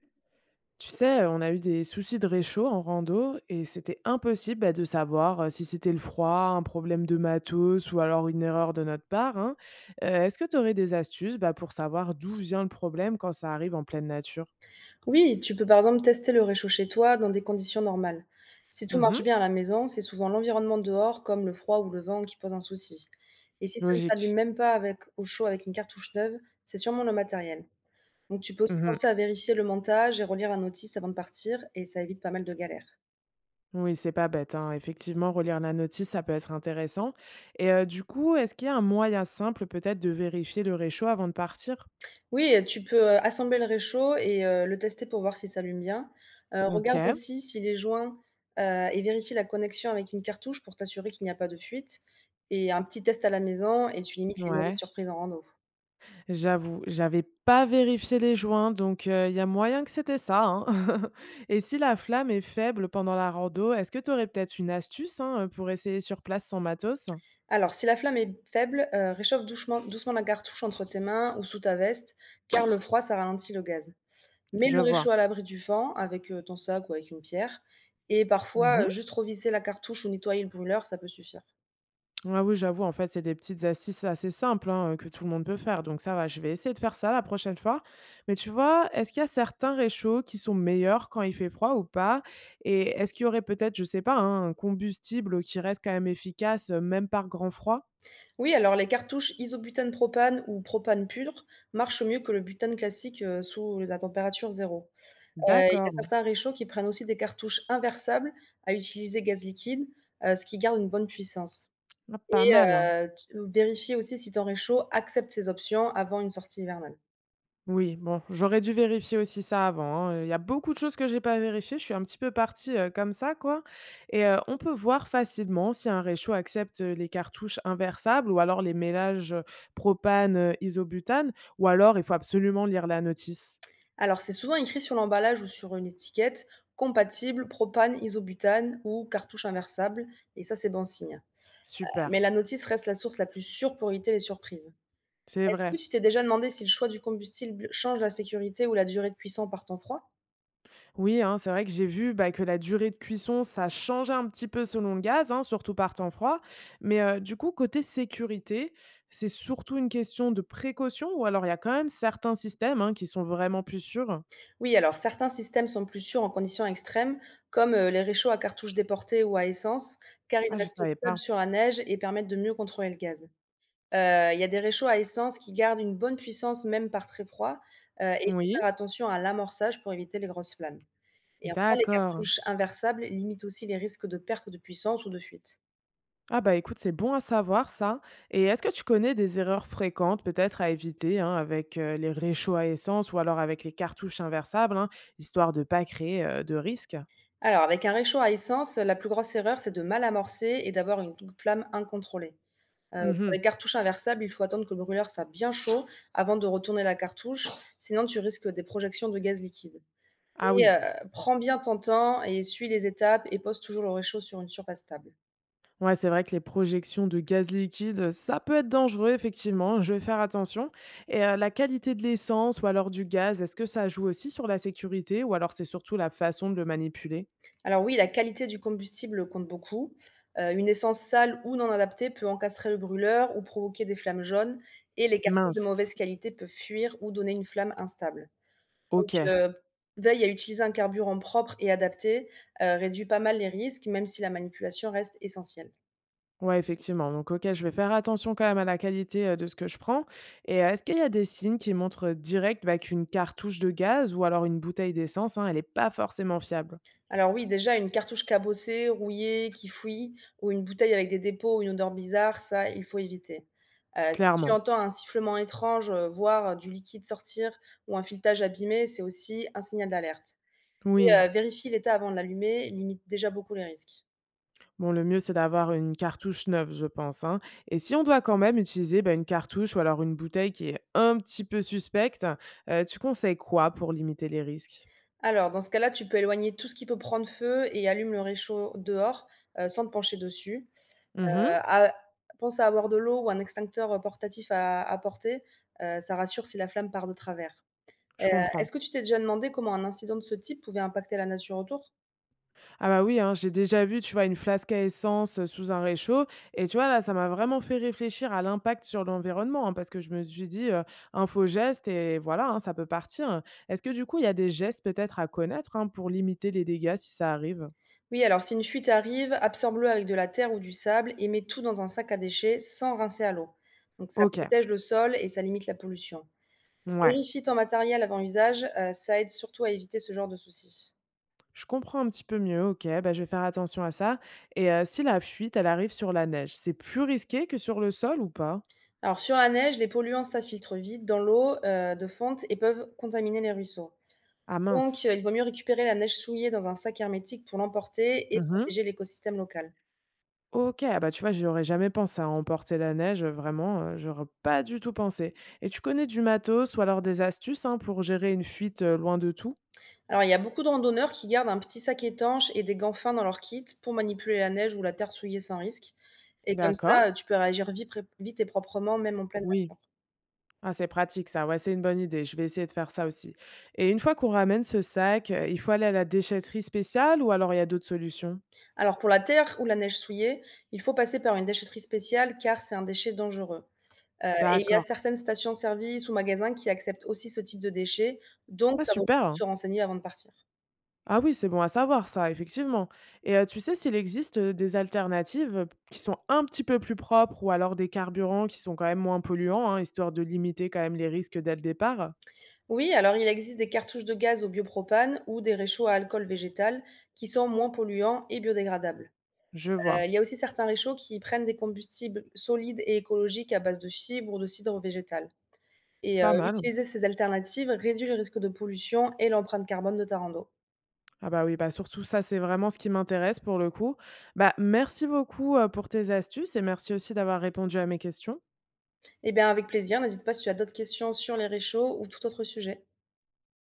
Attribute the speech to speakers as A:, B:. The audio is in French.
A: Tu sais, on a eu des soucis de réchaud en rando et c'était impossible, bah, de savoir, si c'était le froid, un problème de matos ou alors une erreur de notre part, hein. Est-ce que tu aurais des astuces, bah, pour savoir d'où vient le problème quand ça arrive en pleine nature?
B: Oui, tu peux par exemple tester le réchaud chez toi dans des conditions normales. Si tout marche
A: Mmh.
B: bien à la maison, c'est souvent l'environnement dehors, comme le froid ou le vent, qui pose un souci. Et si ça ne s'allume
A: Logique.
B: même pas avec, au chaud avec une cartouche neuve, c'est sûrement le matériel. Donc tu peux aussi
A: Mmh.
B: penser à vérifier le montage et relire la notice avant de partir, et ça évite pas mal de galères.
A: Oui, c'est pas bête, hein. Effectivement, relire la notice, ça peut être intéressant Et du coup, est-ce qu'il y a un moyen simple peut-être de vérifier le réchaud avant de partir?
B: Oui, tu peux, assembler le réchaud et le tester pour voir si ça allume bien. Regarde
A: OK.
B: aussi s'il est joint, et vérifie la connexion avec une cartouche pour t'assurer qu'il n'y a pas de fuite et un petit test à la maison et tu limites les mauvaises
A: Ouais.
B: surprises en rando.
A: J'avoue, j'avais pas vérifié les joints, donc il y a moyen que c'était ça, hein. Et si la flamme est faible pendant la rando, est-ce que tu aurais peut-être une astuce, hein, pour essayer sur place sans matos?
B: Alors si la flamme est faible, réchauffe douchement doucement la cartouche entre tes mains ou sous ta veste, car le froid, ça ralentit le gaz. Mets
A: Je
B: le
A: vois.
B: réchaud à l'abri du vent avec, ton sac ou avec une pierre et
A: Mmh
B: parfois,
A: mh.
B: juste revisser la cartouche ou nettoyer le brûleur, ça peut suffire.
A: Ouais, oui, j'avoue, en fait, c'est des petites assises assez simples, hein, que tout le monde peut faire, donc ça va, je vais essayer de faire ça la prochaine fois. Mais tu vois, est-ce qu'il y a certains réchauds qui sont meilleurs quand il fait froid ou pas? Et est-ce qu'il y aurait peut-être, je sais pas, hein, un combustible qui reste quand même efficace, même par grand froid?
B: Oui, alors les cartouches isobutane propane ou propane pur marchent mieux que le butane classique, sous la température zéro. Il y a
A: D'accord.
B: certains réchauds qui prennent aussi des cartouches inversables à utiliser gaz liquide, ce qui garde une bonne puissance
A: Ah, pas
B: et
A: mal, hein.
B: t vérifie aussi si ton réchaud accepte ces options avant une sortie hivernale.
A: Oui, bon, j'aurais dû vérifier aussi ça avant, hein. Il y a beaucoup de choses que j'ai pas vérifiées. Je suis un petit peu partie, comme ça, quoi. Et on peut voir facilement si un réchaud accepte, les cartouches inversables ou alors les mélanges, propane, isobutane, ou alors il faut absolument lire la notice.
B: Alors, c'est souvent écrit sur l'emballage ou sur une étiquette: «Compatible propane, isobutane ou cartouche inversable» et ça, c'est bon signe. Mais
A: Super,
B: la notice reste la source la plus sûre pour éviter les surprises.
A: c'est
B: Est-ce
A: vrai.
B: que tu t'es déjà demandé si le choix du combustible change la sécurité ou la durée de cuisson par temps froid?
A: Oui, hein, c'est vrai que j'ai vu, bah, que la durée de cuisson, ça changeait un petit peu selon le gaz, hein, surtout par temps froid. Mais du coup, côté sécurité, c'est surtout une question de précaution ou alors il y a quand même certains systèmes, hein, qui sont vraiment plus sûrs?
B: Oui, alors certains systèmes sont plus sûrs en conditions extrêmes, comme les réchauds à cartouches déportées ou à essence, car ils
A: Ah, je
B: restent
A: savais
B: stables
A: pas.
B: sur la neige et permettent de mieux contrôler le gaz. Il y a des réchauds à essence qui gardent une bonne puissance même par très froid, et il faut
A: Oui,
B: faire attention à l'amorçage pour éviter les grosses flammes. Et enfin, les
A: d'accord.
B: cartouches inversables limitent aussi les risques de perte de puissance ou de fuite.
A: Ah bah écoute, c'est bon à savoir ça. Et est-ce que tu connais des erreurs fréquentes peut-être à éviter, hein, avec les réchauds à essence ou alors avec les cartouches inversables, hein, histoire de pas créer de risques?
B: Alors, avec un réchaud à essence, la plus grosse erreur, c'est de mal amorcer et d'avoir une flamme incontrôlée. Pour
A: Mhm.
B: les cartouches inversables, il faut attendre que le brûleur soit bien chaud avant de retourner la cartouche, sinon tu risques des projections de gaz liquide.
A: Ah
B: Et
A: oui.
B: prends bien ton temps et suis les étapes et pose toujours le réchaud sur une surface stable.
A: Ouais, c'est vrai que les projections de gaz liquide, ça peut être dangereux, effectivement. Je vais faire attention. Et la qualité de l'essence ou alors du gaz, est-ce que ça joue aussi sur la sécurité ou alors c'est surtout la façon de le manipuler?
B: Alors oui, la qualité du combustible compte beaucoup. Une essence sale ou non adaptée peut encastrer le brûleur ou provoquer des flammes jaunes et les cartouches de
A: Mince.
B: mauvaise qualité peuvent fuir ou donner une flamme instable. Donc,
A: Ok.
B: veille à utiliser un carburant propre et adapté, réduit pas mal les risques, même si la manipulation reste essentielle.
A: Ouais, effectivement. Donc, ok, je vais faire attention quand même à la qualité de ce que je prends. Et est-ce qu'il y a des signes qui montrent direct, bah, qu'une cartouche de gaz ou alors une bouteille d'essence, hein, elle n'est pas forcément fiable?
B: Alors oui, déjà une cartouche cabossée, rouillée, qui fouille ou une bouteille avec des dépôts ou une odeur bizarre, ça, il faut éviter. Si tu
A: Clairement.
B: entends un sifflement étrange, voire, du liquide sortir ou un filetage abîmé, c'est aussi un signal d'alerte et
A: Oui.
B: vérifie l'état avant de l'allumer, limite déjà beaucoup les risques.
A: Bon, le mieux, c'est d'avoir une cartouche neuve, je pense, hein. Et si on doit quand même utiliser, bah, une cartouche ou alors une bouteille qui est un petit peu suspecte, tu conseilles quoi pour limiter les risques?
B: Alors dans ce cas-là, tu peux éloigner tout ce qui peut prendre feu et allume le réchaud dehors, sans te pencher dessus.
A: Mmh,
B: A pense à avoir de l'eau ou un extincteur, portatif à portée, ça rassure si la flamme part de travers. Heu,
A: je comprends.
B: Est-ce que tu t'es déjà demandé comment un incident de ce type pouvait impacter la nature autour?
A: Ah bah, oui, hein, j'ai déjà vu, tu vois, une flasque à essence, sous un réchaud, et tu vois, là, ça m'a vraiment fait réfléchir à l'impact sur l'environnement, hein, parce que je me suis dit, «Un faux geste et voilà, hein, ça peut partir». Est-ce que du coup, il y a des gestes peut-être à connaître, hein, pour limiter les dégâts si ça arrive?
B: Oui, alors si une fuite arrive, absorbe-le avec de la terre ou du sable et mets tout dans un sac à déchets sans rincer à l'eau. Donc ça
A: OK.
B: protège le sol et ça limite la pollution.
A: Ouais.
B: Vérifie ton matériel avant usage, ça aide surtout à éviter ce genre de soucis.
A: Je comprends un petit peu mieux, OK, bah, je vais faire attention à ça. Et si la fuite, elle arrive sur la neige, c'est plus risqué que sur le sol ou pas?
B: Alors sur la neige, les polluants s'infiltrent vite dans l'eau, de fonte et peuvent contaminer les ruisseaux.
A: Ah
B: Donc,
A: mince.
B: il vaut mieux récupérer la neige souillée dans un sac hermétique pour l'emporter et
A: Mmh.
B: protéger l'écosystème local.
A: OK, ah bah, tu vois, j'aurais jamais pensé à emporter la neige, vraiment, j'aurais pas du tout pensé. Et tu connais du matos ou alors des astuces, hein, pour gérer une fuite, loin de tout?
B: Alors, il y a beaucoup de randonneurs qui gardent un petit sac étanche et des gants fins dans leur kit pour manipuler la neige ou la terre souillée sans risque. Et comme
A: D'accord,
B: ça, tu peux réagir vite, vite et proprement, même en pleine
A: oui.
B: nature.
A: Ah, c'est pratique ça, ouais, c'est une bonne idée, je vais essayer de faire ça aussi. Et une fois qu'on ramène ce sac, il faut aller à la déchetterie spéciale ou alors il y a d'autres solutions?
B: Alors, pour la terre ou la neige souillée, il faut passer par une déchetterie spéciale car c'est un déchet dangereux. Et il y a
A: D'accord.
B: certaines stations-service ou magasins qui acceptent aussi ce type de déchets, donc
A: Ah
B: ça vaut le coup de
A: super!
B: se renseigner avant de partir.
A: Ah oui, c'est bon à savoir ça, effectivement. Et tu sais s'il existe, des alternatives, qui sont un petit peu plus propres ou alors des carburants qui sont quand même moins polluants, hein, histoire de limiter quand même les risques dès le départ?
B: Oui, alors il existe des cartouches de gaz au biopropane ou des réchauds à alcool végétal qui sont moins polluants et biodégradables.
A: Je vois,
B: Il y a aussi certains réchauds qui prennent des combustibles solides et écologiques à base de fibres ou de cidre végétal et
A: pas mal.
B: utiliser ces alternatives réduit le risque de pollution et l'empreinte carbone de ta rando.
A: Ah bah oui, bah surtout ça, c'est vraiment ce qui m'intéresse pour le coup. Bah, merci beaucoup, pour tes astuces et merci aussi d'avoir répondu à mes questions.
B: Eh bien, avec plaisir, n'hésite pas si tu as d'autres questions sur les réchauds ou tout autre sujet.